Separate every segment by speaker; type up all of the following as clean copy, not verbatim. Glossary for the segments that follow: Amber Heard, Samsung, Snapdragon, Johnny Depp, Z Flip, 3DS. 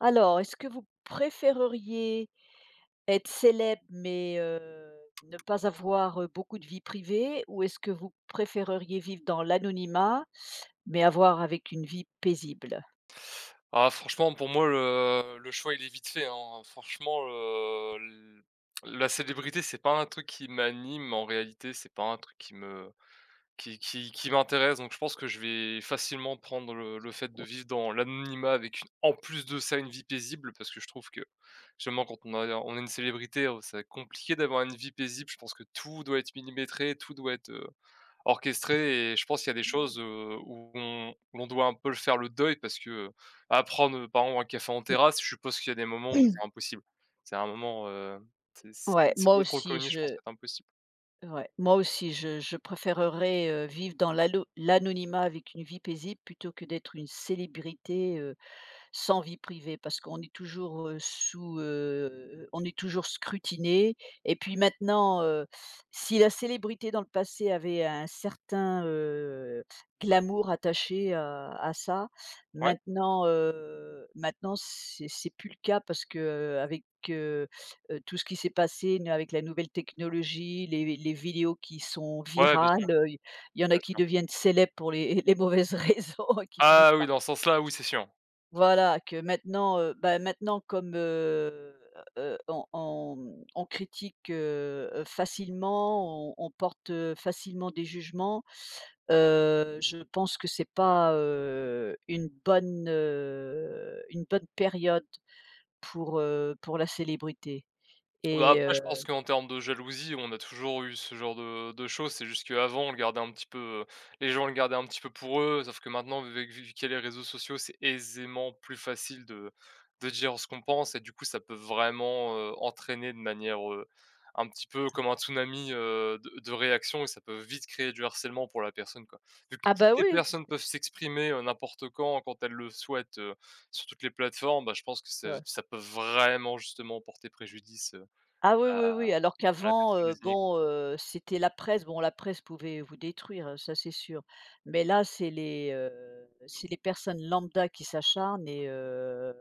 Speaker 1: Alors, est-ce que vous préféreriez être célèbre, mais ne pas avoir, beaucoup de vie privée? Ou est-ce que vous préféreriez vivre dans l'anonymat, mais avoir avec une vie paisible?
Speaker 2: Ah franchement, pour moi, le choix, il est vite fait, hein. Franchement, l la célébrité, c'est pas un truc qui m'anime en réalité, c'est pas un truc qui me qui m'intéresse, donc je pense que je vais facilement prendre le fait de vivre dans l'anonymat avec une en plus de ça, une vie paisible parce que je trouve que justement quand on est une célébrité, c'est compliqué d'avoir une vie paisible. Je pense que tout doit être millimétré, tout doit être, orchestré et je pense qu'il y a des choses, où on où l'on doit un peu le faire le deuil parce que, à prendre, par exemple un café en terrasse, je suppose qu'il y a des moments où c'est impossible. C'est un moment, c'est
Speaker 1: Ouais,
Speaker 2: sans
Speaker 1: moi
Speaker 2: être
Speaker 1: aussi
Speaker 2: reconnu, je pense
Speaker 1: je
Speaker 2: que c'est impossible.
Speaker 1: ouais, moi aussi je préférerais, vivre dans l'anonymat avec une vie paisible plutôt que d'être une célébrité, sans vie privée parce qu'on est toujours, sous, on est toujours scrutinés et puis maintenant, si la célébrité dans le passé avait un certain, glamour attaché à ça,
Speaker 2: Ouais?
Speaker 1: maintenant, maintenant c'est plus le cas parce qu'avec, heu tout ce qui s'est passé n avec la nouvelle technologie, les vidéos qui sont
Speaker 2: Ouais, bien
Speaker 1: virales,
Speaker 2: sûr,
Speaker 1: il y en a
Speaker 2: bien
Speaker 1: qui
Speaker 2: sûr.
Speaker 1: deviennent célèbres pour les les mauvaises raisons et qui
Speaker 2: Ah
Speaker 1: finissent
Speaker 2: oui,
Speaker 1: par
Speaker 2: dans ce sens-là, oui, c'est sûr.
Speaker 1: voilà, que maintenant, bah, maintenant comme, mmh, on critique, facilement, on porte, facilement des jugements, je pense que c'est pas, une bonne période pour la célébrité
Speaker 2: Bah,
Speaker 1: et
Speaker 2: après je pense qu'en termes de jalousie, on a toujours eu ce genre de choses. C'est juste qu'avant on le gardait un petit peu, les gens le gardaient un petit peu pour eux, sauf que maintenant vu qu'il y a les réseaux sociaux, c'est aisément plus facile de dire ce qu'on pense et du coup ça peut vraiment, entraîner de manière, un petit peu comme un tsunami, de réactions et ça peut vite créer du harcèlement pour la personne, quoi. Vu que
Speaker 1: ah bah,
Speaker 2: toutes les
Speaker 1: oui!
Speaker 2: personnes peuvent s'exprimer, n'importe quand, quand elles le souhaitent, sur toutes les plateformes, bah, je pense que ça
Speaker 1: Ouais.
Speaker 2: ça peut vraiment justement porter préjudice,
Speaker 1: Ah oui,
Speaker 2: à
Speaker 1: oui, oui, alors
Speaker 2: à la
Speaker 1: qu'avant,
Speaker 2: personne désignée.
Speaker 1: bon, c'était la presse. Bon, la presse pouvait vous détruire, ça c'est sûr. Mais là, c'est les personnes lambda qui s'acharnent et heu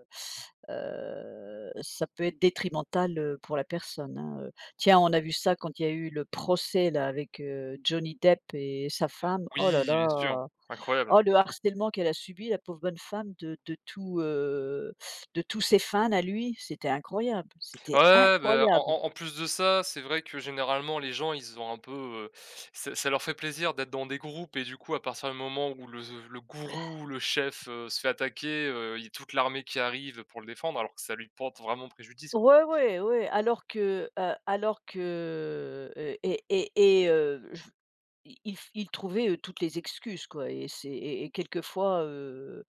Speaker 1: heu, ça peut être détrimental, pour la personne, hein, Tiens, on a vu ça quand il y a eu le procès là avec, Johnny Depp et sa femme. Oh là
Speaker 2: Oui, bien sûr,
Speaker 1: là!
Speaker 2: incroyable.
Speaker 1: Oh le harcèlement qu'elle a subi, la pauvre bonne femme de tout, de tous ses fans à lui, c'était incroyable,
Speaker 2: Ouais,
Speaker 1: c'était
Speaker 2: ouais, bah,
Speaker 1: incroyable!
Speaker 2: en plus de ça, c'est vrai que généralement les gens, ils ont un peu, heu, ça leur fait plaisir d'être dans des groupes et du coup, à partir du moment où le gourou, le chef, se fait attaquer, il y a toute l'armée qui arrive pour le défendre alors que ça lui porte vraiment préjudice, quoi.
Speaker 1: Ouais, ouais, ouais, alors que, et et je i il trouvait ils toutes les excuses, quoi et c'est et quelquefois, heu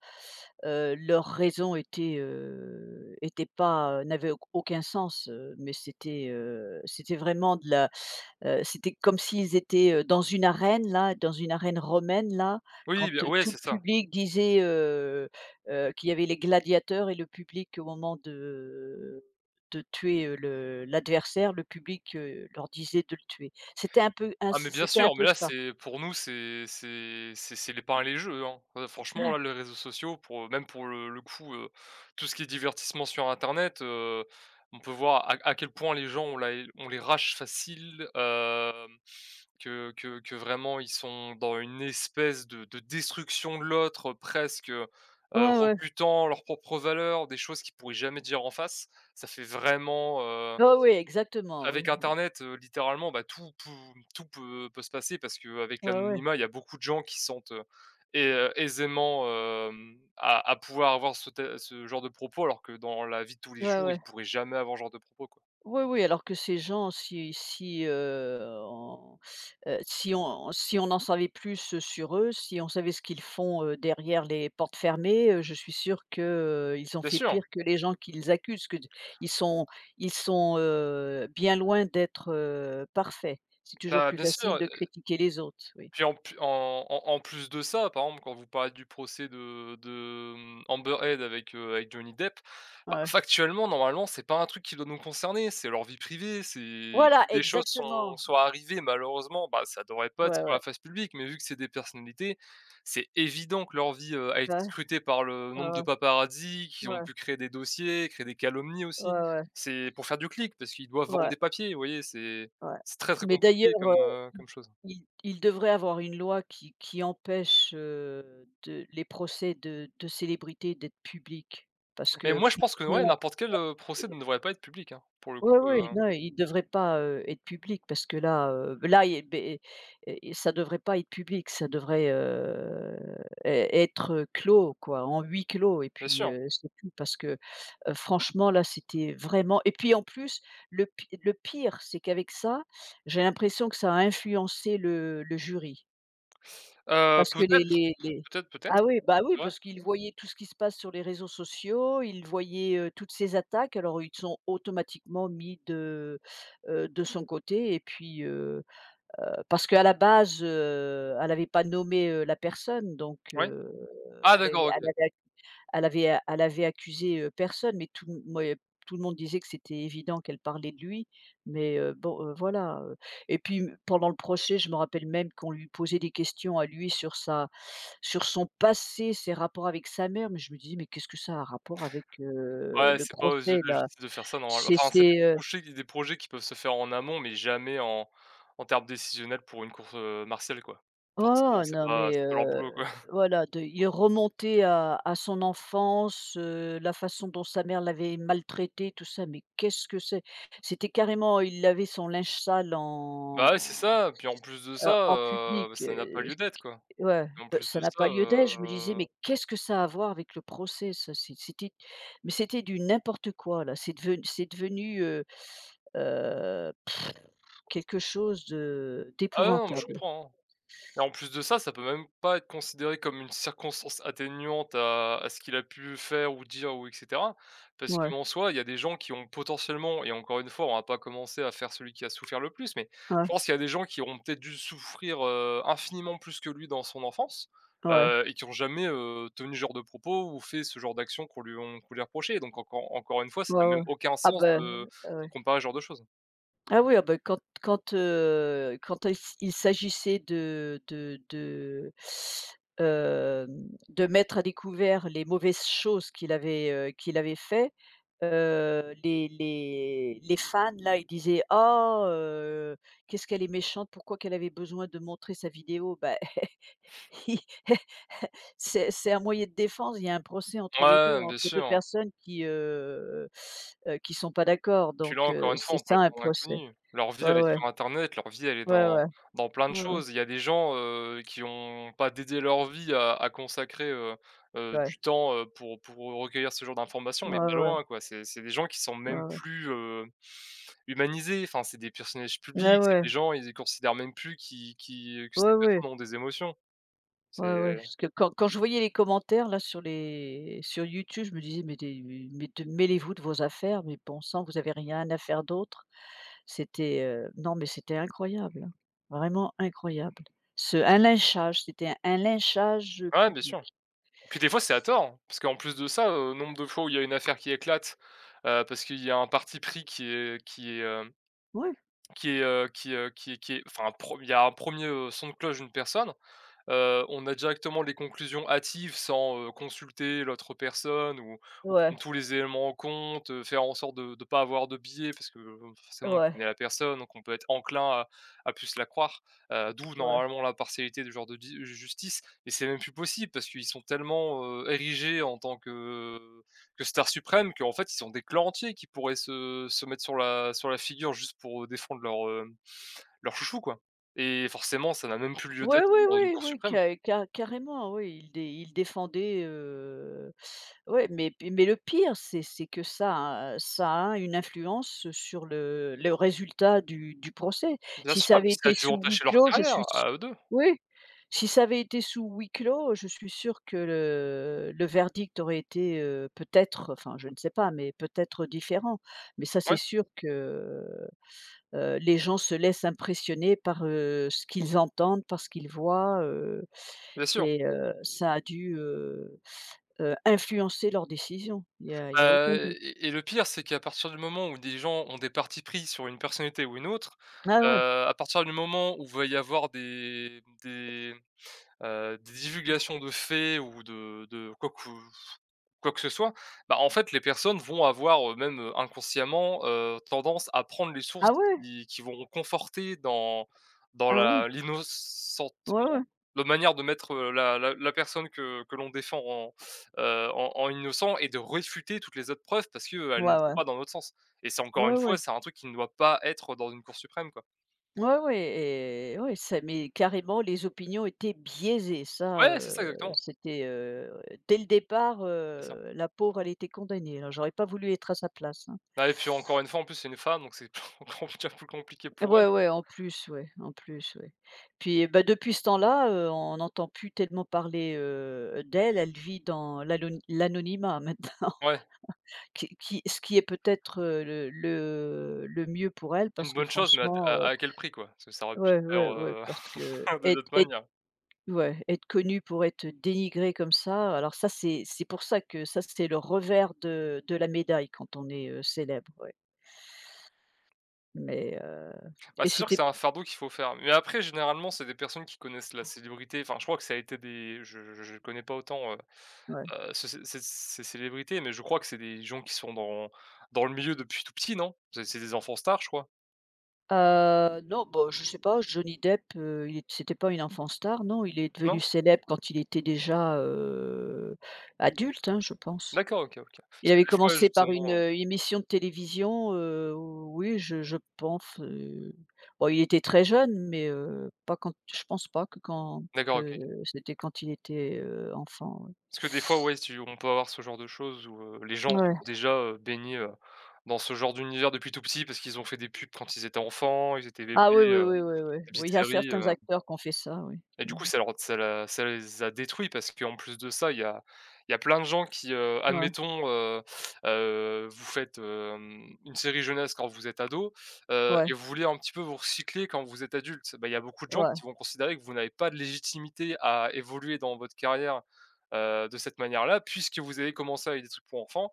Speaker 1: heu, leurs raisons étaient, étaient pas, n'avaient aucun sens, mais c'était, c'était vraiment de la c'était comme s'ils étaient, dans une arène là, dans une arène romaine là,
Speaker 2: Oui,
Speaker 1: quand,
Speaker 2: bien ouais,
Speaker 1: tout
Speaker 2: c'est
Speaker 1: le
Speaker 2: ça.
Speaker 1: public disait, qu'il y avait les gladiateurs et le public au moment de tuer, le l'adversaire, le public, leur disait de le tuer.
Speaker 2: Ah mais bien
Speaker 1: C'était un
Speaker 2: sûr, mais
Speaker 1: peu
Speaker 2: là
Speaker 1: ça.
Speaker 2: c'est pour nous c'est les pains et les jeux, hein. Franchement là les réseaux sociaux pour, même pour le coup, tout ce qui est divertissement sur internet, on peut voir à quel point les gens on les râche facile, hem, que vraiment ils sont dans une espèce de destruction de l'autre, presque,
Speaker 1: Ouais, ouais.
Speaker 2: rebutant leurs propres valeurs, des choses qu'ils pourraient jamais dire en face. Ça fait vraiment,
Speaker 1: Ah oui, exactement, oui,
Speaker 2: avec
Speaker 1: ouais.
Speaker 2: internet, littéralement, bah, tout peut se passer parce qu'avec
Speaker 1: Ouais, ouais.
Speaker 2: l'anonymat, il y a beaucoup de gens qui se sentent, ai aisément, hem, à pouvoir avoir ce genre de propos alors que dans la vie de tous les
Speaker 1: Ouais,
Speaker 2: jours, ils
Speaker 1: ouais.
Speaker 2: pourraient jamais avoir ce genre de propos, quoi.
Speaker 1: Oui, oui, alors que ces gens, si on en savait plus sur eux, si on savait ce qu'ils font, derrière les portes fermées, je suis sûre qu'ils ont
Speaker 2: Bien
Speaker 1: fait
Speaker 2: sûr,
Speaker 1: pire que les gens qu'ils accusent, que d ils sont ils sont, bien loin d'être, parfaits. C'est toujours
Speaker 2: bah,
Speaker 1: plus
Speaker 2: bien
Speaker 1: facile
Speaker 2: sûr.
Speaker 1: de critiquer les autres, oui.
Speaker 2: Puis en p en en en plus de ça, par exemple, quand vous parlez du procès de Amber Heard avec, avec Johnny Depp, bah,
Speaker 1: Ouais.
Speaker 2: factuellement, normalement, c'est pas un truc qui doit nous concerner, c'est leur vie privée, c'est si
Speaker 1: Voilà,
Speaker 2: des choses sont
Speaker 1: exactement.
Speaker 2: sont arrivées malheureusement, bah, ça devrait pas être
Speaker 1: Ouais,
Speaker 2: sur la
Speaker 1: ouais.
Speaker 2: face publique, mais vu que c'est des personnalités, c'est évident que leur vie, a été
Speaker 1: Bah,
Speaker 2: scrutée par le
Speaker 1: ouais,
Speaker 2: nombre de
Speaker 1: ouais.
Speaker 2: paparazzis qui ont
Speaker 1: Ouais,
Speaker 2: pu créer des dossiers, créer des calomnies aussi.
Speaker 1: ouais, ouais.
Speaker 2: C'est pour faire du clic parce qu'ils doivent vendre
Speaker 1: Ouais,
Speaker 2: des papiers, vous voyez? C'est
Speaker 1: ouais.
Speaker 2: c'est très, très
Speaker 1: Mais
Speaker 2: compliqué
Speaker 1: d'ailleurs,
Speaker 2: comme, comme chose.
Speaker 1: il devrait avoir une loi qui empêche, de les procès de célébrités d'être publics parce
Speaker 2: Mais
Speaker 1: que
Speaker 2: moi, je pense que, ouais,
Speaker 1: franchement,
Speaker 2: n'importe quel, procès ne devrait pas être public, hein, pour le coup,
Speaker 1: oui, oui, non, ils devraient pas, être public parce que là, ben, et ça devrait pas être public, ça devrait, ê être, clos quoi, en huis clos et
Speaker 2: bien
Speaker 1: puis,
Speaker 2: sûr.
Speaker 1: c'est tout parce que, franchement là, c'était vraiment et puis en plus, le pire, c'est qu'avec ça, j'ai l'impression que ça a influencé le jury. Parce que
Speaker 2: Peut-être,
Speaker 1: les
Speaker 2: peut-être, peut-être,
Speaker 1: ah oui, bah oui,
Speaker 2: c'est vrai,
Speaker 1: parce qu'ils voyaient tout ce qui se passe sur les réseaux sociaux, ils voyaient, toutes ces attaques, alors ils sont automatiquement mis de son côté et puis, parce qu'à la base, elle n'avait pas nommé, la personne donc
Speaker 2: ouais. Ah
Speaker 1: elle avait
Speaker 2: d'accord,
Speaker 1: elle
Speaker 2: OK.
Speaker 1: avait elle elle avait accusé, personne, mais tout mouais, tout le monde disait que c'était évident qu'elle parlait de lui, mais bon, voilà, et puis m pendant le procès, je me rappelle même qu'on lui posait des questions à lui sur sa sur son passé, ses rapports avec sa mère, mais je me disais: «Mais qu'est-ce que ça a un rapport avec,
Speaker 2: Ouais,
Speaker 1: le
Speaker 2: c'est pas aux yeux de
Speaker 1: procès
Speaker 2: la
Speaker 1: là?»
Speaker 2: justice de faire ça normalement.
Speaker 1: c'est
Speaker 2: Enfin, c'est des projets qui peuvent se faire en amont, mais jamais en termes décisionnels pour une course, martiale, quoi. Forcément,
Speaker 1: Oh
Speaker 2: c'est
Speaker 1: non
Speaker 2: pas
Speaker 1: mais
Speaker 2: c'est pas leur boulot, quoi.
Speaker 1: voilà, de il est remonté à son enfance, la façon dont sa mère l'avait maltraité, tout ça, mais qu'est-ce que c'est? C'était carrément il lavait son linge sale
Speaker 2: Bah, ouais, c'est
Speaker 1: en,
Speaker 2: ça, puis en plus de ça,
Speaker 1: en public,
Speaker 2: bah, ça n'a pas lieu d'être, quoi.
Speaker 1: ouais,
Speaker 2: Et en
Speaker 1: bah,
Speaker 2: plus de
Speaker 1: ça n'a
Speaker 2: ça,
Speaker 1: pas lieu d'être. Je me disais: «Mais qu'est-ce que ça a à voir avec le procès ça?» C'était mais c'était du n'importe quoi là, c'est devenu, heu, quelque chose de
Speaker 2: ah ouais, non, mais je
Speaker 1: d'épouvantable.
Speaker 2: comprends, hein. Et en plus de ça, ça peut même pas être considéré comme une circonstance atténuante à ce qu'il a pu faire ou dire ou et cetera. Parce
Speaker 1: Ouais,
Speaker 2: qu'en soi, il y a des gens qui ont potentiellement et encore une fois, on va pas commencer à faire celui qui a souffert le plus, mais je
Speaker 1: ouais,
Speaker 2: pense qu'il y a des gens qui ont peut-être dû souffrir, infiniment plus que lui dans son enfance,
Speaker 1: ouais.
Speaker 2: et qui ont jamais, tenu ce genre de propos ou fait ce genre d'action qu'on lui reprochait. Donc encore une fois, ça
Speaker 1: Ouais,
Speaker 2: n'a même
Speaker 1: ouais.
Speaker 2: aucun
Speaker 1: Ah
Speaker 2: sens
Speaker 1: bah,
Speaker 2: de
Speaker 1: ouais.
Speaker 2: comparer ce genre de choses.
Speaker 1: Ah oui, ah bah, quand il s'agissait hem, de mettre à découvert les mauvaises choses qu'il avait fait, les fans là, ils disaient: ah qu'est-ce qu'elle est méchante, pourquoi qu'elle avait besoin de montrer sa vidéo?» bah c'est un moyen de défense, il y a un procès entre les 2,
Speaker 2: Ouais, bien
Speaker 1: entre 2
Speaker 2: sûr.
Speaker 1: personnes qui sont pas d'accord
Speaker 2: Puis là,
Speaker 1: donc
Speaker 2: encore une fois,
Speaker 1: c'est
Speaker 2: on
Speaker 1: ça
Speaker 2: parle
Speaker 1: un
Speaker 2: pas
Speaker 1: procès.
Speaker 2: d'inconnus. Leur vie,
Speaker 1: Ouais,
Speaker 2: elle est
Speaker 1: ouais.
Speaker 2: sur internet, leur vie, elle est
Speaker 1: Ouais,
Speaker 2: dans
Speaker 1: ouais.
Speaker 2: dans plein de
Speaker 1: Ouais, ouais.
Speaker 2: choses. Il y a des gens, qui ont pas dédié leur vie à consacrer,
Speaker 1: Ouais.
Speaker 2: du temps, pour recueillir ce genre d'informations, mais
Speaker 1: Ouais,
Speaker 2: pas
Speaker 1: ouais.
Speaker 2: loin, quoi. C'est des gens qui sont
Speaker 1: Ouais,
Speaker 2: même
Speaker 1: ouais.
Speaker 2: plus, humanisés. Enfin, c'est des personnages
Speaker 1: Ouais,
Speaker 2: publics, c'est
Speaker 1: ouais.
Speaker 2: des gens, ils ne considèrent même plus qui que ces
Speaker 1: Ouais, ouais.
Speaker 2: personnes ont des émotions. C'est
Speaker 1: Ouais, ouais. Parce que quand je voyais les commentaires là sur les sur YouTube, je me disais: «Mais des mais de mêlez-vous de vos affaires, mais bon sang, vous avez rien à faire d'autre». C'était, non, mais c'était incroyable, hein, vraiment incroyable. Ce un lynchage, c'était un lynchage,
Speaker 2: ouais, bien
Speaker 1: public.
Speaker 2: sûr. Puis des fois, c'est à tort, hein, parce qu'en plus de ça, nombre de fois où il y a une affaire qui éclate, parce qu'il y a un parti pris qui est qui est,
Speaker 1: Ouais,
Speaker 2: qui est, qui est enfin, un pro il y a un premier er son de cloche d'une personne. On a directement les conclusions hâtives sans, consulter l'autre personne ou
Speaker 1: ouais,
Speaker 2: prendre tous les éléments en compte, faire en sorte de pas avoir de biais parce que, forcément on
Speaker 1: ouais,
Speaker 2: connaît la personne, donc on peut être enclin à plus la croire, d'où
Speaker 1: ouais.
Speaker 2: normalement l'impartialité de ce genre de di justice. Mais c'est même plus possible parce qu'ils sont tellement, érigés en tant que stars suprêmes qu'en fait ils sont des clans entiers qui pourraient se mettre sur la figure juste pour, défendre leur, leur chouchou quoi et forcément ça n'a même plus lieu
Speaker 1: Oui,
Speaker 2: d'être
Speaker 1: oui,
Speaker 2: dans une
Speaker 1: oui,
Speaker 2: cour
Speaker 1: oui,
Speaker 2: suprême.
Speaker 1: ca ca carrément, oui, il défendait, ouais, mais p mais le pire, c'est que ça a une influence sur le résultat du procès.
Speaker 2: Bien
Speaker 1: Si ça
Speaker 2: sûr, et
Speaker 1: avait
Speaker 2: puis ça a
Speaker 1: été
Speaker 2: dû
Speaker 1: sous huis
Speaker 2: entacher leur
Speaker 1: clos, je suis
Speaker 2: carrière,
Speaker 1: s
Speaker 2: à eux deux.
Speaker 1: oui, si ça avait été sous huis clos, je suis sûre que le verdict aurait été, peut-être, enfin, je ne sais pas, mais peut-être différent. Mais ça, c'est
Speaker 2: Ouais,
Speaker 1: sûr que les gens se laissent impressionner par, ce qu'ils entendent, par ce qu'ils voient,
Speaker 2: bien sûr.
Speaker 1: et influencer leurs décisions. Il y a
Speaker 2: Bah,
Speaker 1: aucun doute.
Speaker 2: le pire, c'est qu'à partir du moment où des gens ont des partis pris sur une personnalité ou une autre,
Speaker 1: Ah ouais,
Speaker 2: à partir du moment où va y avoir des divulgations de faits ou de quoi que ce soit, bah, en fait, les personnes vont avoir, même, inconsciemment, tendance à prendre les sources
Speaker 1: ah ouais,
Speaker 2: qui vont conforter dans
Speaker 1: ah ouais,
Speaker 2: la
Speaker 1: ouais, ouais, ouais,
Speaker 2: l'innocentement, la manière de mettre, la personne que l'on défend en, en innocent et de réfuter toutes les autres preuves parce qu'elles ne vont
Speaker 1: ouais,
Speaker 2: pas dans notre sens et c'est encore
Speaker 1: ouais,
Speaker 2: une fois,
Speaker 1: ouais,
Speaker 2: c'est un truc qui ne doit pas être dans une cour suprême, quoi.
Speaker 1: ouais, ouais et ouais, ça mais carrément les opinions étaient biaisées.
Speaker 2: Ouais, c'est ça exactement,
Speaker 1: C'était, dès le départ,
Speaker 2: c'est ça.
Speaker 1: la pauvre, elle était condamnée, là. J'aurais pas voulu être à sa place, hein.
Speaker 2: Bah et puis encore une fois, en plus, c'est une femme, donc c'est encore plus compliqué pour elle.
Speaker 1: Ouais, ouais, en plus, ouais, en plus, ouais. Puis, bah, depuis ce temps-là, on n'entend plus tellement parler, d'elle. Elle vit dans l'anonymat maintenant,
Speaker 2: Ouais.
Speaker 1: qui est peut-être, le le mieux pour elle parce
Speaker 2: Une
Speaker 1: que
Speaker 2: bonne chose, mais
Speaker 1: franchement,
Speaker 2: à quel prix quoi? Parce que ça aurait pu se
Speaker 1: ouais,
Speaker 2: faire,
Speaker 1: ouais, ouais, parce que
Speaker 2: de d'autres
Speaker 1: être
Speaker 2: manières.
Speaker 1: ouais, être connue pour être dénigrée comme ça, alors ça, c'est pour ça que ça, c'est le revers de la médaille quand on est, célèbre, ouais. Mais,
Speaker 2: Bah,
Speaker 1: et
Speaker 2: c'est sûr que c'est
Speaker 1: c'était
Speaker 2: un fardeau qu'il faut faire, mais après généralement, c'est des personnes qui connaissent la célébrité, enfin je crois que ça a été des je connais pas autant,
Speaker 1: ouais.
Speaker 2: ce ces ces ces célébrités, mais je crois que c'est des gens qui sont dans le milieu depuis tout petit, non? C'est des enfants stars, je crois,
Speaker 1: Non, bon, je sais pas, Johnny Depp, il est c'était pas une enfant star, non, il est devenu
Speaker 2: non?
Speaker 1: célèbre quand il était déjà, adulte, hein, je pense.
Speaker 2: D'accord, OK, OK. Parce
Speaker 1: Il avait
Speaker 2: que des fois
Speaker 1: commencé par une,
Speaker 2: justement,
Speaker 1: émission de télévision, oui, je pense, bon, il était très jeune, mais pas quand je pense pas que quand
Speaker 2: d'accord, OK.
Speaker 1: que c'était quand il était, enfant, ouais.
Speaker 2: Parce que des fois, ouais, tu on peut avoir ce genre de choses où, les gens
Speaker 1: Ouais.
Speaker 2: sont déjà, baignés, dans ce genre d'univers depuis tout petit parce qu'ils ont fait des pubs quand ils étaient enfants, ils étaient bébés,
Speaker 1: Ah oui, oui, oui, oui, oui.
Speaker 2: des petites
Speaker 1: Oui, il y a
Speaker 2: séries,
Speaker 1: certains acteurs qui ont fait ça, oui.
Speaker 2: et du
Speaker 1: Mmh.
Speaker 2: coup, ça leur ça la ça les a détruits parce qu'en plus de ça, il y a plein de gens qui,
Speaker 1: Ouais,
Speaker 2: admettons, vous faites, hem, une série jeunesse quand vous êtes ado, et
Speaker 1: ouais,
Speaker 2: vous voulez un petit peu vous recycler quand vous êtes adulte. Bah, il y a beaucoup de gens qui
Speaker 1: ouais.
Speaker 2: vont considérer que vous n'avez pas de légitimité à évoluer dans votre carrière, de cette manière-là, puisque vous avez commencé avec des trucs pour enfants.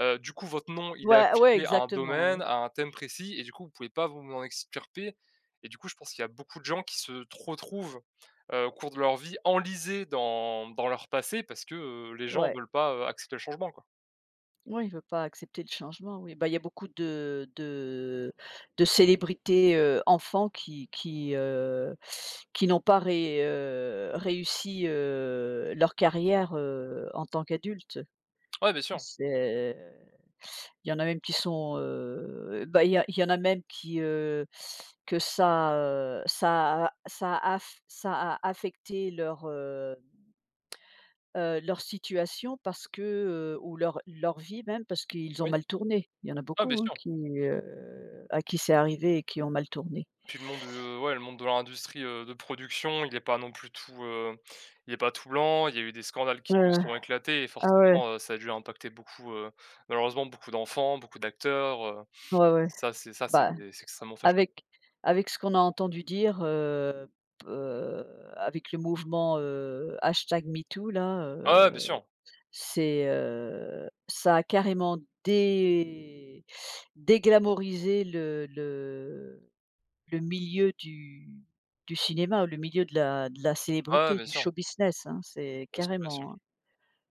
Speaker 2: Du coup, votre nom, il est
Speaker 1: Ouais, ouais,
Speaker 2: affilié à un
Speaker 1: exactement, ouais,
Speaker 2: domaine, à un thème précis et du coup, vous pouvez pas vous en extirper et du coup, je pense qu'il y a beaucoup de gens qui se t retrouvent au cours de leur vie, enlisés dans leur passé parce que, les gens
Speaker 1: ouais.
Speaker 2: veulent pas, accepter le changement, quoi.
Speaker 1: Oui, il veut pas accepter le changement, oui. Bah, il y a beaucoup de célébrités, enfants qui n'ont pas ré réussi, leur carrière, en tant qu'adultes.
Speaker 2: Ouais, bien sûr,
Speaker 1: C'est il y en a même qui sont, il y en a même qui, que ça, ça a ça a aff ça a affecté leur, leur situation parce que, ou leur vie même parce qu'ils ont
Speaker 2: oui.
Speaker 1: mal tourné. Il y en a
Speaker 2: Ah, bien
Speaker 1: beaucoup, hein,
Speaker 2: sûr.
Speaker 1: qui, à qui c'est arrivé et qui ont mal tourné.
Speaker 2: Puis le monde, ouais, le monde de l'industrie, de production, il est pas non plus tout, il est pas tout blanc. Il y a eu des scandales qui
Speaker 1: Ouais,
Speaker 2: se
Speaker 1: ouais.
Speaker 2: sont éclatés et
Speaker 1: Ah ouais,
Speaker 2: forcément, ça a dû impacter beaucoup, malheureusement beaucoup d'enfants, beaucoup d'acteurs,
Speaker 1: ouais, ouais.
Speaker 2: ça c'est
Speaker 1: Bah,
Speaker 2: c'est extrêmement fâcheux.
Speaker 1: avec ce qu'on a entendu dire, p avec le mouvement, #MeToo là,
Speaker 2: Ouais, bien sûr.
Speaker 1: c'est, ça a carrément dé déglamorisé le milieu du cinéma, ou le milieu de la
Speaker 2: Ouais,
Speaker 1: célébrité,
Speaker 2: bien
Speaker 1: du
Speaker 2: sûr.
Speaker 1: show business, hein, c'est
Speaker 2: Bien sûr, bien sûr.
Speaker 1: carrément, hein.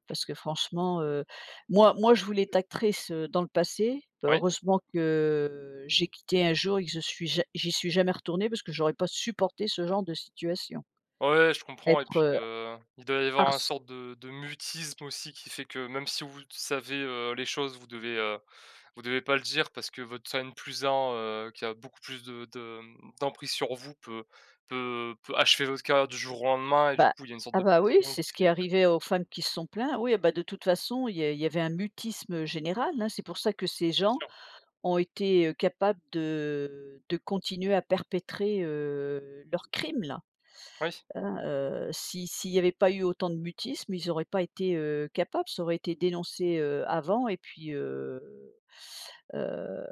Speaker 1: Parce que franchement, moi je voulais être actrice, dans le passé. Bah,
Speaker 2: Oui?
Speaker 1: heureusement que j'ai quitté un jour et que je suis ja j'y suis jamais retournée parce que j'aurais pas supporté ce genre de situation.
Speaker 2: Ouais, je comprends et
Speaker 1: Être,
Speaker 2: puis, il doit y avoir une
Speaker 1: harc
Speaker 2: sorte de mutisme aussi qui fait que même si vous savez, les choses, vous devez pas le dire parce que votre N+1, qui a beaucoup plus de d'emprise sur vous peut achever votre carrière du jour au lendemain et du
Speaker 1: bah,
Speaker 2: coup, il y a une sorte
Speaker 1: ah
Speaker 2: de
Speaker 1: bah, oui,
Speaker 2: pression
Speaker 1: c'est
Speaker 2: qui
Speaker 1: ce qui
Speaker 2: fait
Speaker 1: est
Speaker 2: que
Speaker 1: arrivé aux femmes qui se sont plaints. Oui, ah bah, de toute façon, il y avait un mutisme général, hein. C'est pour ça que ces
Speaker 2: bien
Speaker 1: gens
Speaker 2: sûr,
Speaker 1: ont été, capables de continuer à perpétrer, leurs crimes là,
Speaker 2: oui,
Speaker 1: hein, si s'il n'y avait pas eu autant de mutisme, ils n'auraient pas été, capables, ça aurait été dénoncé, avant et puis, heu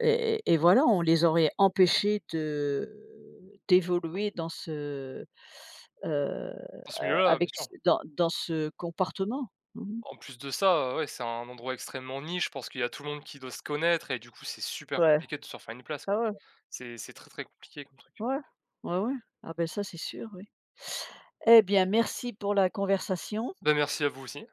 Speaker 1: et voilà, on les aurait empêchés de d'évoluer dans ce, heu,
Speaker 2: dans ce
Speaker 1: a
Speaker 2: milieu-là, bien
Speaker 1: avec ce
Speaker 2: sûr.
Speaker 1: dans ce comportement. Mmh.
Speaker 2: En plus de ça, ouais, c'est un endroit extrêmement niche, je pense qu'il y a tout le monde qui doit se connaître et du coup, c'est super
Speaker 1: Ouais.
Speaker 2: compliqué de se refaire une place.
Speaker 1: Ah ouais.
Speaker 2: C'est très, très compliqué comme truc.
Speaker 1: Ouais, ouais, ouais. Ah, ben ça, c'est sûr, oui. Eh bien, merci pour la conversation.
Speaker 2: Ben merci à vous aussi.